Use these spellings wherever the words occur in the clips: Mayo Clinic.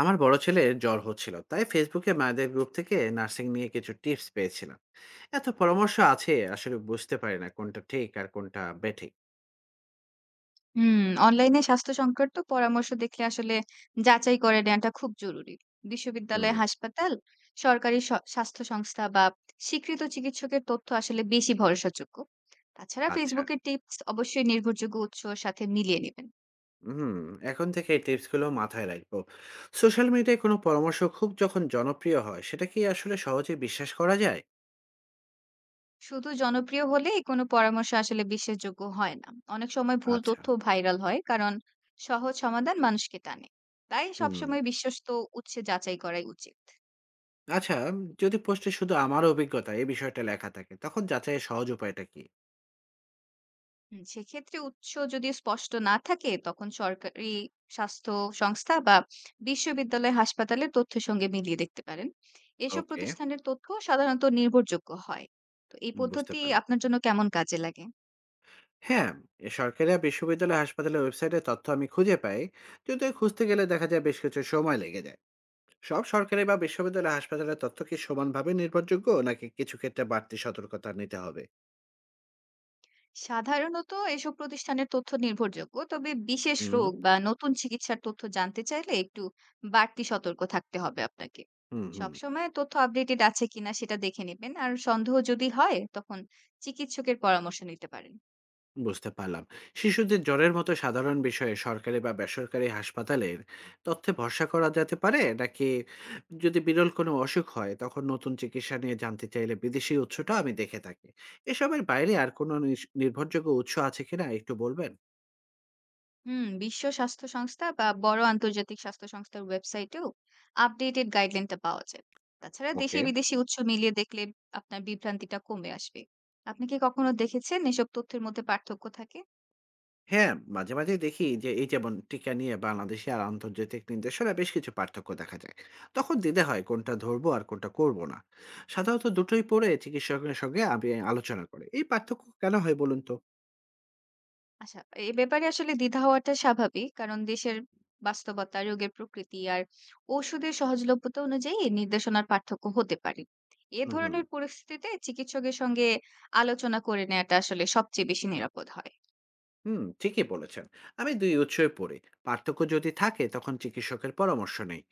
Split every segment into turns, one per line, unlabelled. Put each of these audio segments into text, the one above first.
আমার বড় ছেলের জ্বর হচ্ছিল, তাই ফেসবুকে মায়েদের গ্রুপ থেকে নার্সিং নিয়ে কিছু টিপস পেয়েছিলাম। এত পরামর্শ আছে, আসলে বুঝতে পারি না কোনটা ঠিক আর কোনটা বেঠিক।
হুম, অনলাইনে স্বাস্থ্য সংক্রান্ত পরামর্শ দেখলে আসলে যাচাই করে নেওয়াটা খুব জরুরি।
হুম।
বিশ্ববিদ্যালয়, হাসপাতাল, সরকারি স্বাস্থ্য সংস্থা বা স্বীকৃত চিকিৎসকের তথ্য আসলে বেশি ভরসাযোগ্য। তাছাড়া
আচ্ছা।
ফেসবুকের টিপস অবশ্যই নির্ভরযোগ্য উৎসর সাথে মিলিয়ে নেবেন।
হুম। এখন থেকে এই টিপসগুলো মাথায় রাখবো। সোশ্যাল মিডিয়ায় কোনো পরামর্শ খুব যখন জনপ্রিয় হয়, সেটা কি আসলে সহজে বিশ্বাস করা যায়?
শুধু জনপ্রিয় হলে কোনো পরামর্শ আসলে বিশ্বাসযোগ্য হয় না। অনেক সময় ভুল
আচ্ছা।
তথ্য ভাইরাল হয় কারণ সহজ সমাধান মানুষকে টানে। তাই
হুম।
সবসময় বিশ্বস্ত উৎসে যাচাই করাই উচিত।
আচ্ছা। যদি পোস্টে শুধু আমার অভিজ্ঞতা এই বিষয়টা লেখা থাকে, তখন যাচাইয়ের সহজ উপায়টা কি?
হুম, সেক্ষেত্রে উৎস যদি স্পষ্ট না থাকে তখন সরকারি স্বাস্থ্য সংস্থা বা বিশ্ববিদ্যালয় হাসপাতালের তথ্যের সঙ্গে মিলিয়ে দেখতে পারেন। এসব
ওকে।
প্রতিষ্ঠানের তথ্য সাধারণত নির্ভরযোগ্য হয়। তো এই
বুঝতে
পদ্ধতি
পারলাম।
আপনার জন্য কেমন কাজে লাগে?
হ্যাঁ। এ সরকারি আর বিশ্ববিদ্যালয় হাসপাতালের ওয়েবসাইটে তথ্য আমি খুঁজে পাই। যদিও খুঁজতে গেলে দেখা যায় বেশ কিছু সময় লেগে যায়। সব সরকারি বা বিশ্ববিদ্যালয় হাসপাতালের তথ্য কি সমানভাবে নির্ভরযোগ্য, নাকি কিছু ক্ষেত্রে বাড়তি সতর্কতা নিতে হবে?
সাধারণত এসব প্রতিষ্ঠানের তথ্য নির্ভরযোগ্য, তবে বিশেষ
হুম।
রোগ বা নতুন চিকিৎসার তথ্য জানতে চাইলে একটু বাড়তি সতর্ক থাকতে হবে আপনাকে।
হুম।
সবসময় তথ্য আপডেটেড আছে কিনা সেটা দেখে নেবেন, আর সন্দেহ যদি হয় তখন চিকিৎসকের পরামর্শ নিতে পারেন।
বুঝতে পারলাম। শিশুদের জ্বরের মতো সাধারণ বিষয়ে সরকারি বা বেসরকারি হাসপাতালের তথ্যে ভরসা করা যেতে পারে? নাকি যদি বিরল কোনো অসুখ হয় তখন নতুন চিকিৎসা নিয়ে জানতে চাইলে বিদেশি উৎসটা আমি দেখে থাকি। এসবের বাইরে আর কোনো নির্ভরযোগ্য উৎস আছে কিনা একটু বলবেন?
হুম, বিশ্ব স্বাস্থ্য সংস্থা বা বড় আন্তর্জাতিক স্বাস্থ্য সংস্থার ওয়েবসাইটেও আপডেটেড গাইডলাইনটা পাওয়া যায়। তাছাড়া দেশি
ওকে।
বিদেশি উৎস মিলিয়ে দেখলে আপনার বিভ্রান্তিটা কমে আসবে। আপনি কি কখনো দেখেছেন এসব তথ্যের মধ্যে পার্থক্য থাকে?
হ্যাঁ, মাঝে, মাঝেই দেখি যে এই যেমন টিকা নিয়ে বাংলাদেশি আর আন্তর্জাতিক নির্দেশনা বেশ কিছু পার্থক্য দেখা যায়। তখন দ্বিধা হয় কোনটা ধরবো আর কোনটা করব না। সাধারণত দুটোই পড়ে চিকিৎসকের সঙ্গে আমি আলোচনা করি। এই পার্থক্য কেন হয় বলুন তো?
আচ্ছা, এ ব্যাপারে আসলে দ্বিধা হওয়াটা স্বাভাবিক, কারণ দেশের বাস্তবতা, রোগের প্রকৃতি আর ওষুধের সহজলভ্যতা অনুযায়ী এই নির্দেশনার পার্থক্য হতে পারে। এ
হুম।
ধরনের পরিস্থিতিতে চিকিৎসকের সঙ্গে আলোচনা করে নেওয়াটা আসলে সবচেয়ে বেশি নিরাপদ হয়।
হুম, ঠিকই বলেছেন। আমি ২ উৎসই পড়ি। পার্থক্য যদি থাকে তখন চিকিৎসকের পরামর্শ নেই।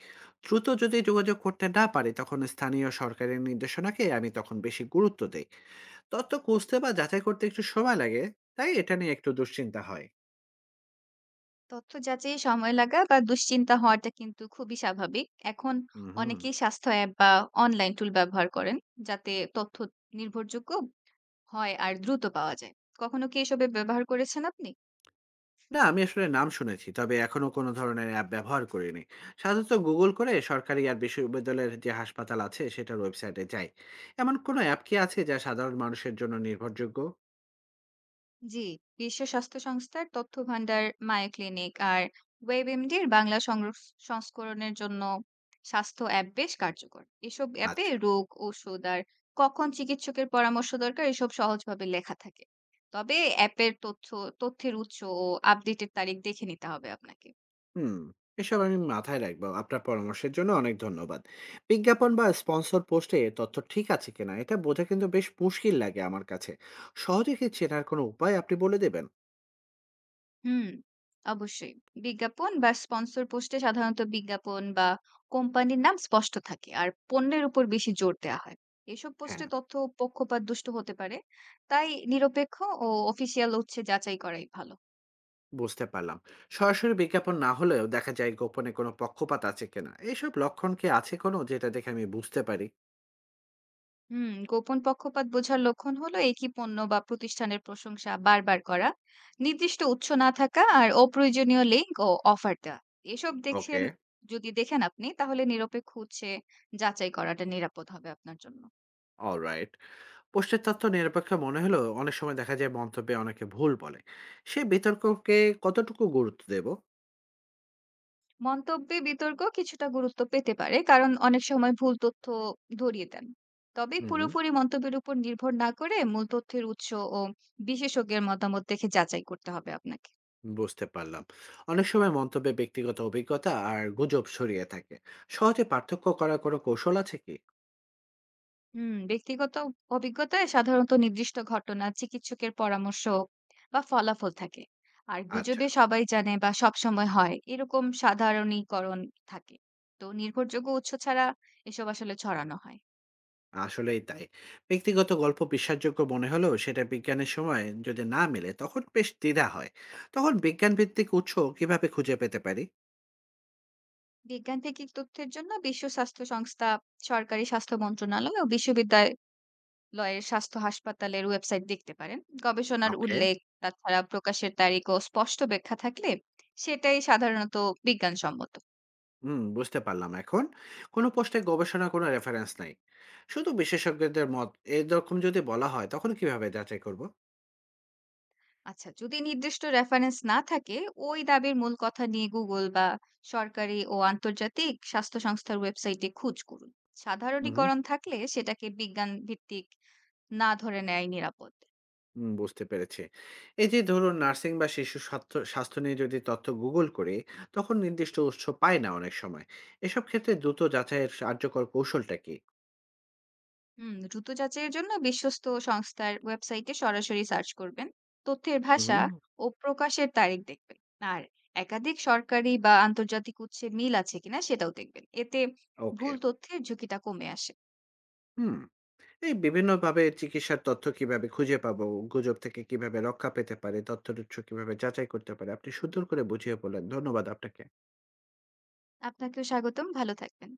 দ্রুত যদি যোগাযোগ করতে না পারি তখন স্থানীয় সরকারের নির্দেশনাকে আমি তখন বেশি গুরুত্ব দেই। তথ্য খুঁজতে বা যাচাই করতে একটু সময় লাগে, তাই এটা নিয়ে একটু দুশ্চিন্তা হয়।
তথ্য যাচাইয়ে সময় লাগা বা দুশ্চিন্তা হওয়াটা কিন্তু খুবই স্বাভাবিক। এখন
উহু।
অনেকেই স্বাস্থ্য অ্যাপ বা অনলাইন টুল ব্যবহার করেন, যাতে তথ্য নির্ভরযোগ্য হয় আর দ্রুত পাওয়া যায়। কখনো কি এসবে ব্যবহার করেছেন আপনি?
না, আমি আসলে নাম শুনেছি। তবে এখনো কোনো ধরনের অ্যাপ ব্যবহার করিনি। সাধারণত গুগল করে সরকারি আর বিশ্ববিদ্যালয়ের যে হাসপাতাল আছে সেটার ওয়েবসাইটে যাই। এমন কোনো অ্যাপ কি আছে যা সাধারণ মানুষের জন্য নির্ভরযোগ্য?
জি, বিশ্ব স্বাস্থ্য সংস্থার তথ্য ভান্ডার, মায়ো ক্লিনিক আর ওয়েবএমডির বাংলা সংস্করণের জন্য স্বাস্থ্য অ্যাপ বেশ কার্যকর। এসব অ্যাপে
আচ্ছা,
রোগ, ওষুধ আর কখন চিকিৎসকের পরামর্শ দরকার এসব সহজভাবে লেখা থাকে। তবে অ্যাপের তথ্যের উৎস ও আপডেটের তারিখ দেখে নিতে হবে আপনাকে।
হুম। এসব আমি মাথায় রাখবো। আপনার পরামর্শের জন্য অনেক ধন্যবাদ। বিজ্ঞাপন বা স্পন্সর পোস্টে তথ্য ঠিক আছে কিনা এটা বোঝা কিন্তু বেশ মুশকিল লাগে আমার কাছে। সহজে কি চেনার কোনো উপায় আপনি বলে দেবেন?
হুম, অবশ্যই। বিজ্ঞাপন বা স্পন্সর পোস্টে সাধারণত বিজ্ঞাপন বা কোম্পানির নাম স্পষ্ট থাকে আর পণ্যের উপর বেশি জোর দেওয়া হয়। এসব
হ্যাঁ।
পোস্টে তথ্য পক্ষপাতদুষ্ট হতে পারে। তাই নিরপেক্ষ ও অফিসিয়াল উৎসে যাচাই করাই ভালো।
বুঝতে পারলাম। সরাসরি বিজ্ঞাপন না হলেও দেখা যায় গোপনে কোনো পক্ষপাত আছে কিনা, এইসব লক্ষণ কি আছে কোনো যেটা দেখে আমি বুঝতে পারি?
হুম, গোপন পক্ষপাত বোঝার লক্ষণ হলো একই পণ্য বা প্রতিষ্ঠানের প্রশংসা বারবার করা, নির্দিষ্ট উৎস না থাকা আর অপ্রয়োজনীয় লিঙ্ক ও অফার দেওয়া। এসব
ওকে।
দেখছেন যদি দেখেন আপনি, তাহলে নিরপেক্ষ উৎসে যাচাই করাটা নিরাপদ হবে আপনার জন্য।
অলরাইট। পোস্টের তথ্য নিরপেক্ষ মনে হলেও অনেক সময় দেখা যায় মন্তব্যে অনেকে ভুল বলে, সে বিতর্ককে কতটুকু গুরুত্ব দেব?
মন্তব্যে বিতর্ক কিছুটা গুরুত্ব পেতে পারে, কারণ অনেক সময় ভুল তথ্য ধরিয়ে দেন। তবে
হুম হুম,
পুরোপুরি মন্তব্যের উপর নির্ভর না করে মূল তথ্যের উৎস ও বিশেষজ্ঞের মতামত দেখে যাচাই করতে হবে আপনাকে।
বুঝতে পারলাম। অনেক সময় মন্তব্যে ব্যক্তিগত অভিজ্ঞতা আর গুজব ছড়িয়ে থাকে, সহজে পার্থক্য করার কোনো কৌশল আছে কি?
হুম, ব্যক্তিগত অভিজ্ঞতায় সাধারণত নির্দিষ্ট ঘটনা, চিকিৎসকের পরামর্শ বা ফলাফল থাকে, আর
আচ্ছা।
গুজবে সবাই জানে বা সবসময় হয় এরকম সাধারণীকরণ থাকে। তো নির্ভরযোগ্য উৎস ছাড়া এসব আসলে ছড়ানো হয়।
আসলেই তাই। ব্যক্তিগত গল্প বিশ্বাসযোগ্য মনে হলেও সেটা বিজ্ঞানের সময় যদি না মেলে তখন বেশ দ্বিধা হয়। তখন বিজ্ঞানভিত্তিক উৎস কিভাবে খুঁজে পেতে পারি?
বিজ্ঞান ভিত্তিক তথ্যের জন্য বিশ্ব স্বাস্থ্য সংস্থা, সরকারি স্বাস্থ্য মন্ত্রণালয় ও বিশ্ববিদ্যালয়ের স্বাস্থ্য হাসপাতালের ওয়েবসাইট দেখতে পারেন। গবেষণার
ওকে,
উল্লেখ, তাছাড়া প্রকাশের তারিখ ও স্পষ্ট ব্যাখ্যা থাকলে সেটাই সাধারণত বিজ্ঞানসম্মত।
হুম। বুঝতে পারলাম এখন। কোনো পোস্টে গবেষণা কোনো রেফারেন্স নাই। শুধু বিশেষজ্ঞদের মত, এরকম যদি বলা হয় তখন কিভাবে যাচাই করব?
আচ্ছা, যদি নির্দিষ্ট রেফারেন্স না থাকে, ওই দাবির মূল কথা নিয়ে Google বা সরকারি ও আন্তর্জাতিক স্বাস্থ্য সংস্থার ওয়েবসাইটে খোঁজ করুন।
উহু,
সাধারণীকরণ থাকলে সেটাকে বিজ্ঞান ভিত্তিক না ধরে নেয়াই নিরাপদ।
হুম। বুঝতে পেরেছি। এই যে ধরুন নার্সিং বা শিশু স্বাস্থ্য স্বাস্থ্য নিয়ে যদি তথ্য গুগল করি, তখন নির্দিষ্ট উৎস পাই না অনেক সময়। এসব ক্ষেত্রে দ্রুত যাচাইয়ের কার্যকর কৌশলটা কি?
হুম, দ্রুত যাচাইয়ের জন্য বিশ্বস্ত সংস্থার ওয়েবসাইটে সরাসরি সার্চ করবেন, তথ্যের
উহু।
ভাষা ও প্রকাশের তারিখ দেখবেন, আর একাধিক সরকারি বা আন্তর্জাতিক উৎসে মিল আছে কিনা সেটাও দেখবেন। এতে
ওকে।
ভুল তথ্যের ঝুঁকিটা কমে আসে।
হুম। এই বিভিন্নভাবে চিকিৎসার তথ্য কিভাবে খুঁজে পাবো, গুজব থেকে কিভাবে রক্ষা পেতে পারি, তথ্যর উৎস কিভাবে যাচাই করতে পারি, আপনি সুন্দর করে বুঝিয়ে বললেন। ধন্যবাদ আপনাকে।
আপনাকেও স্বাগতম, ভালো থাকবেন।